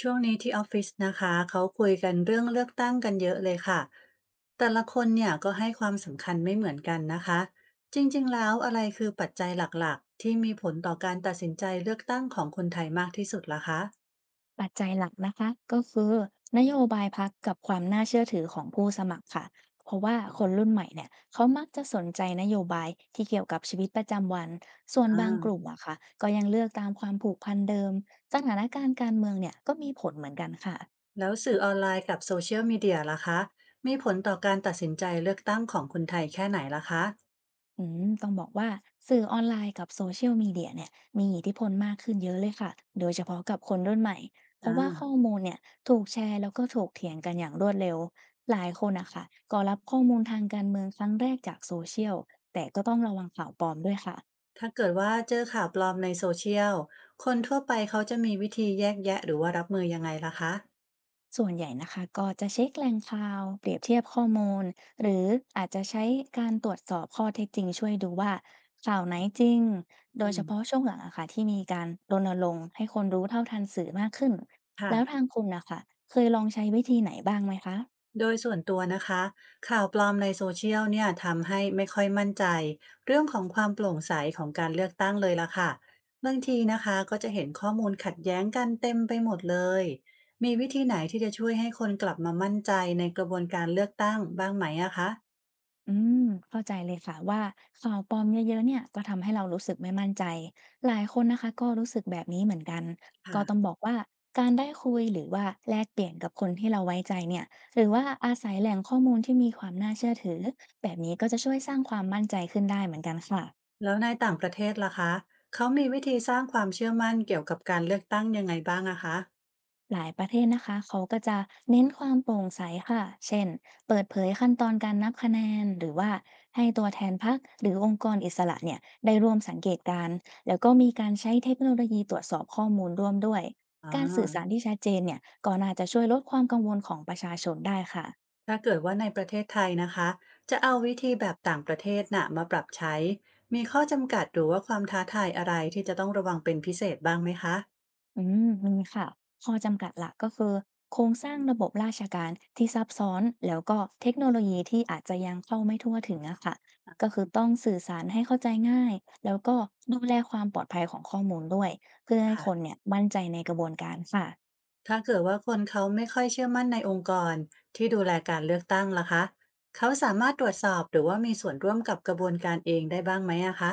ช่วงนี้ที่ออฟฟิศนะคะเขาคุยกันเรื่องเลือกตั้งกันเยอะเลยค่ะแต่ละคนเนี่ยก็ให้ความสำคัญไม่เหมือนกันนะคะจริงๆแล้วอะไรคือปัจจัยหลักๆที่มีผลต่อการตัดสินใจเลือกตั้งของคนไทยมากที่สุดล่ะคะปัจจัยหลักนะคะก็คือนโยบายพรรคกับความน่าเชื่อถือของผู้สมัครค่ะเพราะว่าคนรุ่นใหม่เนี่ยเขามักจะสนใจนโยบายที่เกี่ยวกับชีวิตประจำวันส่วนอ่าบางกลุ่มอะค่ะก็ยังเลือกตามความผูกพันเดิมสถานการณ์การเมืองเนี่ยก็มีผลเหมือนกันค่ะ แล้วสื่อออนไลน์กับโซเชียลมีเดียล่ะคะมีผลต่อการตัดสินใจเลือกตั้งของคนไทยแค่ไหนล่ะคะอืมต้องบอกว่าสื่อออนไลน์กับโซเชียลมีเดียเนี่ยมีอิทธิพลมากขึ้นเยอะเลยค่ะโดยเฉพาะกับคนรุ่นใหม่เพอ่ราะว่าข้อามูลเนี่ยถูกแชร์แล้วก็ถูกเถียงกันอย่างรวดเร็วหลายคนอะค่ะก็รับข้อมูลทางการเมืองครั้งแรกจากโซเชียลแต่ก็ต้องระวังข่าวปลอมด้วยค่ะ ถ้าเกิดว่าเจอข่าวปลอมในโซเชียลคนทั่วไปเขาจะมีวิธีแยกแยะหรือว่ารับมือยังไงล่ะคะส่วนใหญ่นะคะก็จะเช็คแหล่งข่าวเปรียบเทียบข้อมูลหรืออาจจะใช้การตรวจสอบข้อเท็จจริงช่วยดูว่าข่าวไหนจริงโดอืยเฉมพาะช่วงหลังอะค่ะที่มีการรณรงค์ให้คนรู้เท่าทันสื่อมากขึ้นแล้วทาค่ะ งคุณนะคะเคยลองใช้วิธีไหนบ้างไหมคะ โดยส่วนตัวนะคะข่าวปลอมในโซเชียลเนี่ยทำให้ไม่ค่อยมั่นใจเรื่องของความโปร่งใสของการเลือกตั้งเลยล่ะค่ะบางทีนะคะก็จะเห็นข้อมูลขัดแย้งกันเต็มไปหมดเลยมีวิธีไหนที่จะช่วยให้คนกลับมามั่นใจในกระบวนการเลือกตั้งบ้างไหมอะคะอืมเข้าใจเลยค่ะว่าข่าวปลอมเยอะๆเนี่ยก็ทำให้เรารู้สึกไม่มั่นใจหลายคนนะคะก็รู้สึกแบบนี้เหมือนกันก็ต้องค่ะบอกว่าการได้คุยหรือว่าแลกเปลี่ยนกับคนที่เราไว้ใจเนี่ยหรือว่าอาศัยแหล่งข้อมูลที่มีความน่าเชื่อถือแบบนี้ก็จะช่วยสร้างความมั่นใจขึ้นได้เหมือนกันค่ะ แล้วในต่างประเทศล่ะคะเขามีวิธีสร้างความเชื่อมั่นเกี่ยวกับการเลือกตั้งยังไงบ้างอะคะหลายประเทศนะคะเขาก็จะเน้นความโปร่งใสค่ะเช่นเปิดเผยขั้นตอนการนับคะแนนหรือว่าให้ตัวแทนพรรคหรือองค์กรอิสระเนี่ยได้ร่วมสังเกตการณ์แล้วก็มีการใช้เทคโนโลยีตรวจสอบข้อมูลร่วมด้วยอ๋อ การสื่อสารที่ชัดเจนเนี่ยก็น่าจะช่วยลดความกังวลของประชาชนได้ค่ะ ถ้าเกิดว่าในประเทศไทยนะคะจะเอาวิธีแบบต่างประเทศน่ะมาปรับใช้มีข้อจำกัดหรือว่าความท้าทายอะไรที่จะต้องระวังเป็นพิเศษบ้างไหมคะอืมมีค่ะข้อจำกัดหลักก็คือโครงสร้างระบบราชการที่ซับซ้อนแล้วก็เทคโนโลยีที่อาจจะยังเข้าไม่ทั่วถึงอะค่ะก็คือต้องสื่อสารให้เข้าใจง่ายแล้วก็ดูแลความปลอดภัยของข้อมูลด้วยเพื่อให้ค่ะคนเนี่ยมั่นใจในกระบวนการค่ะ ถ้าเกิดว่าคนเขาไม่ค่อยเชื่อมั่นในองค์กรที่ดูแลการเลือกตั้งล่ะคะเขาสามารถตรวจสอบหรือว่ามีส่วนร่วมกับกระบวนการเองได้บ้างไหมอะคะ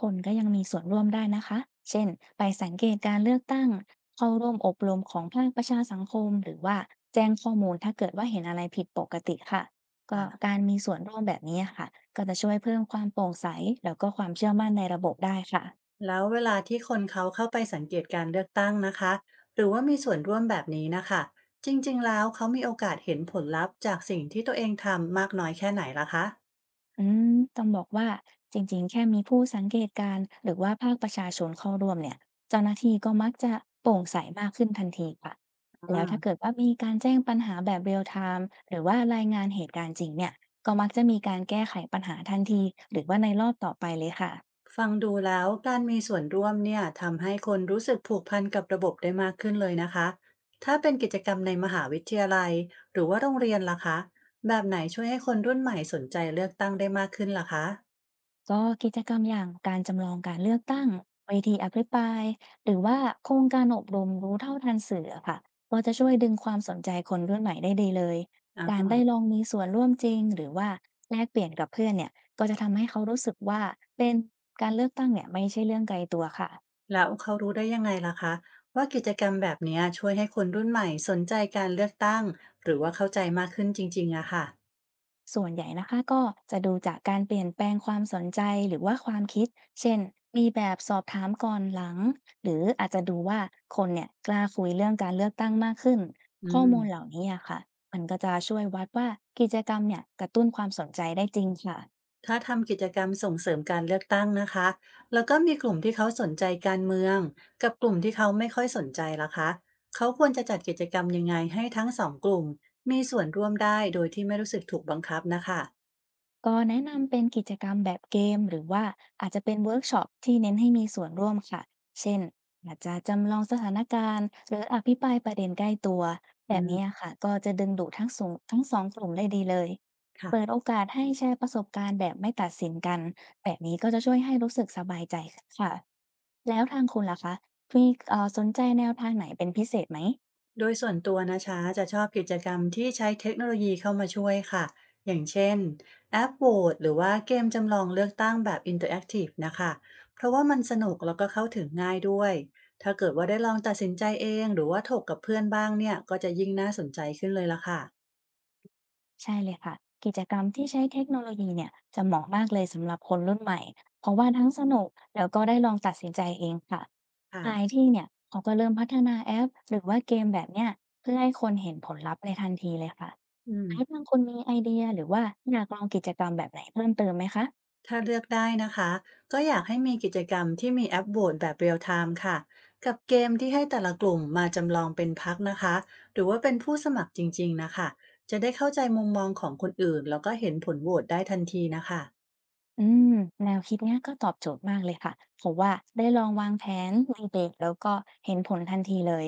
คนก็ยังมีส่วนร่วมได้นะคะ เช่น ไปสังเกตการเลือกตั้งเข้าร่วมอบรมของภาคประชาสังคมหรือว่าแจ้งข้อมูลถ้าเกิดว่าเห็นอะไรผิดปกติค่ะ ก็ะ การมีส่วนร่วมแบบนี้ค่ะ ก็จะช่วยเพิ่มความโปร่งใสแล้วก็ความเชื่อมั่นในระบบได้ค่ะ แล้วเวลาที่คนเขาเข้าไปสังเกตการเลือกตั้งนะคะหรือว่ามีส่วนร่วมแบบนี้นะคะจริงๆแล้วเขามีโอกาสเห็นผลลัพธ์จากสิ่งที่ตัวเองทำมากน้อยแค่ไหนล่ะคะอืมต้องบอกว่าจริงๆแค่มีผู้สังเกตการณ์หรือว่าภาคประชาชนเข้าร่วมเนี่ยเจ้าหน้าที่ก็มักจะโปร่งใสมากขึ้นทันทีค่ะอ่แล้วถ้าาเกิดว่ามีการแจ้งปัญหาแบบเรียลไทม์หรือว่ารายงานเหตุการณ์จริงเนี่ยก็มักจะมีการแก้ไขปัญหาทันทีหรือว่าในรอบต่อไปเลยค่ะ ฟังดูแล้วการมีส่วนร่วมเนี่ยทำให้คนรู้สึกผูกพันกับระบบได้มากขึ้นเลยนะคะถ้าเป็นกิจกรรมในมหาวิทยาลัยหรือว่าโรงเรียนล่ะคะแบบไหนช่วยให้คนรุ่นใหม่สนใจเลือกตั้งได้มากขึ้นล่ะคะ ก็กิจกรรมอย่างการจำลองการเลือกตั้งเวทีอภิปรายหรือว่าโครงการอบรมรู้เท่าทันสื่ออะค่ะก็จะช่วยดึงความสนใจคนรุ่นใหม่ได้ดีเลยการได้ลองมีส่วนร่วมจริงหรือว่าแลกเปลี่ยนกับเพื่อนเนี่ยก็จะทำให้เขารู้สึกว่าเป็นการเลือกตั้งเนี่ยไม่ใช่เรื่องไกลตัวค่ะ แล้วเขารู้ได้ยังไงล่ะคะว่ากิจกรรมแบบเนี้ยช่วยให้คนรุ่นใหม่สนใจการเลือกตั้งหรือว่าเข้าใจมากขึ้นจริงๆอะค่ะส่วนใหญ่นะคะก็จะดูจากการเปลี่ยนแปลงความสนใจหรือว่าความคิดเช่นมีแบบสอบถามก่อนหลังหรืออาจจะดูว่าคนเนี่ยกล้าคุยเรื่องการเลือกตั้งมากขึ้นอืข้อมมูลเหล่านี้อะค่ะมันก็จะช่วยวัดว่ากิจกรรมเนี่ยกระตุ้นความสนใจได้จริงค่ะ ถ้าทำกิจกรรมส่งเสริมการเลือกตั้งนะคะแล้วก็มีกลุ่มที่เขาสนใจการเมืองกับกลุ่มที่เขาไม่ค่อยสนใจล่ะคะเขาควรจะจัดกิจกรรมยังไงให้ทั้งสองกลุ่มมีส่วนร่วมได้โดยที่ไม่รู้สึกถูกบังคับนะคะก็แนะนำเป็นกิจกรรมแบบเกมหรือว่าอาจจะเป็นเวิร์กช็อปที่เน้นให้มีส่วนร่วมค่ะเช่นอาจจะจำลองสถานการณ์หรืออภิปรายประเด็นใกล้ตัวแบอืบนี้มอะค่ะก็จะดึงดูดทั้งสูงทั้งสองกลุ่มได้ดีเลยค่ะ เปิดโอกาสให้แชร์ประสบการณ์แบบไม่ตัดสินกันแบบนี้ก็จะช่วยให้รู้สึกสบายใจขึ้นค่ะแล้วทางคุณล่ะคะมีสนใจแนวทางไหนเป็นพิเศษไหม โดยส่วนตัวนะคะจะชอบกิจกรรมที่ใช้เทคโนโลยีเข้ามาช่วยค่ะอย่างเช่นแอปโหวตหรือว่าเกมจำลองเลือกตั้งแบบอินเตอร์แอคทีฟนะคะเพราะว่ามันสนุกแล้วก็เข้าถึงง่ายด้วยถ้าเกิดว่าได้ลองตัดสินใจเองหรือว่าถกกับเพื่อนบ้างเนี่ยก็จะยิ่งน่าสนใจขึ้นเลยละค่ะใช่เลยค่ะกิจกรรมที่ใช้เทคโนโลยีเนี่ยจะเหมาะมากเลยสำหรับคนรุ่นใหม่เพราะว่าทั้งสนุกแล้วก็ได้ลองตัดสินใจเองค่ะหลายค่ะที่เนี่ยเขาก็เริ่มพัฒนาแอปหรือว่าเกมแบบเนี้ยเพื่อให้คนเห็นผลลัพธ์ในทันทีเลยค่ะอืม แล้วทางคนมีไอเดียหรือว่าอยากลองกิจกรรมแบบไหนเพิ่มเติมไหมคะ ถ้าเลือกได้นะคะก็อยากให้มีกิจกรรมที่มีแอปโหวตแบบเรียลไทม์ค่ะกับเกมที่ให้แต่ละกลุ่มมาจำลองเป็นพรรคนะคะหรือว่าเป็นผู้สมัครจริงๆนะคะจะได้เข้าใจมุมมองของคนอื่นแล้วก็เห็นผลโหวตได้ทันทีนะคะอืมแนวคิดเนี้ยก็ตอบโจทย์มากเลยค่ะเพราะว่าได้ลองวางแผนในเบรกแล้วก็เห็นผลทันทีเลย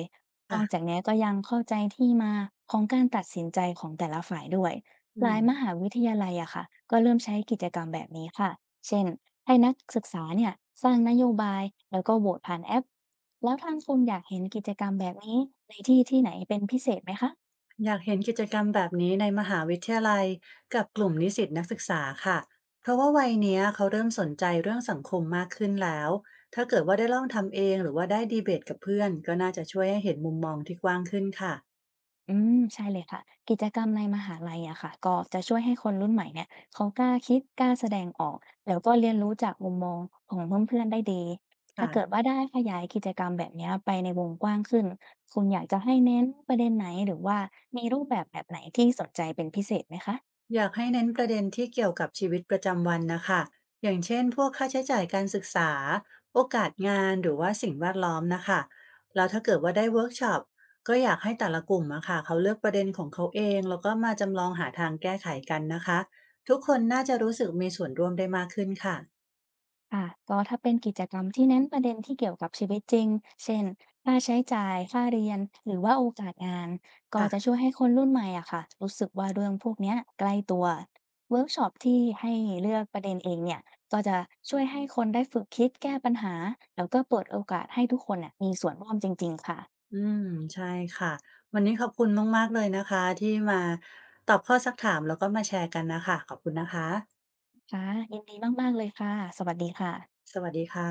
นอกจากค่ะเนี้ยก็ยังเข้าใจที่มาของการตัดสินใจของแต่ละฝ่ายด้วยอืหลามยมหาวิทยาลัยอะค่ะก็เริ่มใช้กิจกรรมแบบนี้ค่ะ เช่นให้นักศึกษาเนี่ยสร้างนโยบายแล้วก็โหวตผ่านแอป แล้วทางคุณอยากเห็นกิจกรรมแบบนี้ในที่ที่ไหนเป็นพิเศษไหมคะ อยากเห็นกิจกรรมแบบนี้ในมหาวิทยาลัยกับกลุ่มนิสิตนักศึกษาค่ะเพราะว่าวัยเนี้ยเขาเริ่มสนใจเรื่องสังคมมากขึ้นแล้วถ้าเกิดว่าได้ลองทำเองหรือว่าได้ดีเบตกับเพื่อนก็น่าจะช่วยให้เห็นมุมมองที่กว้างขึ้นค่ะ อืมใช่เลยค่ะกิจกรรมในมหาลัยอะค่ะก็จะช่วยให้คนรุ่นใหม่เนี่ยเขากล้าคิดกล้าแสดงออกแล้วก็เรียนรู้จากมุมมองของเพื่อนๆได้ดีถ้าค่ะเกิดว่าได้ขยายกิจกรรมแบบเนี้ยไปในวงกว้างขึ้นคุณอยากจะให้เน้นประเด็นไหนหรือว่ามีรูปแบบแบบไหนที่สนใจเป็นพิเศษไหมคะ อยากให้เน้นประเด็นที่เกี่ยวกับชีวิตประจำวันนะคะอย่างเช่นพวกค่าใช้จ่ายการศึกษาโอกาสงานหรือว่าสิ่งแวดล้อมนะคะแล้วถ้าเกิดว่าได้เวิร์กช็อปก็อยากให้แต่ละกลุ่มอะค่ะเขาเลือกประเด็นของเขาเองแล้วก็มาจำลองหาทางแก้ไขกันนะคะทุกคนน่าจะรู้สึกมีส่วนร่วมได้มากขึ้นค่ะค่ะก็ถ้าเป็นกิจกรรมที่เน้นประเด็นที่เกี่ยวกับชีวิตจริงเช่นค่าใช้จ่ายค่าเรียนหรือว่าโอกาสงานก็จะค่ะช่วยให้คนรุ่นใหม่อะค่ะรู้สึกว่าเรื่องพวกเนี้ยใกล้ตัวเวิร์กช็อปที่ให้เลือกประเด็นเองเนี่ยก็จะช่วยให้คนได้ฝึกคิดแก้ปัญหาแล้วก็เปิดโอกาสให้ทุกคนน่ะมีส่วนร่วมจริงๆค่ะอืมใช่ค่ะวันนี้ขอบคุณมากๆเลยนะคะที่มาตอบข้อซักถามแล้วก็มาแชร์กันนะคะขอบคุณนะคะค่ะยินดีมากๆเลยค่ะสวัสดีค่ะสวัสดีค่ะ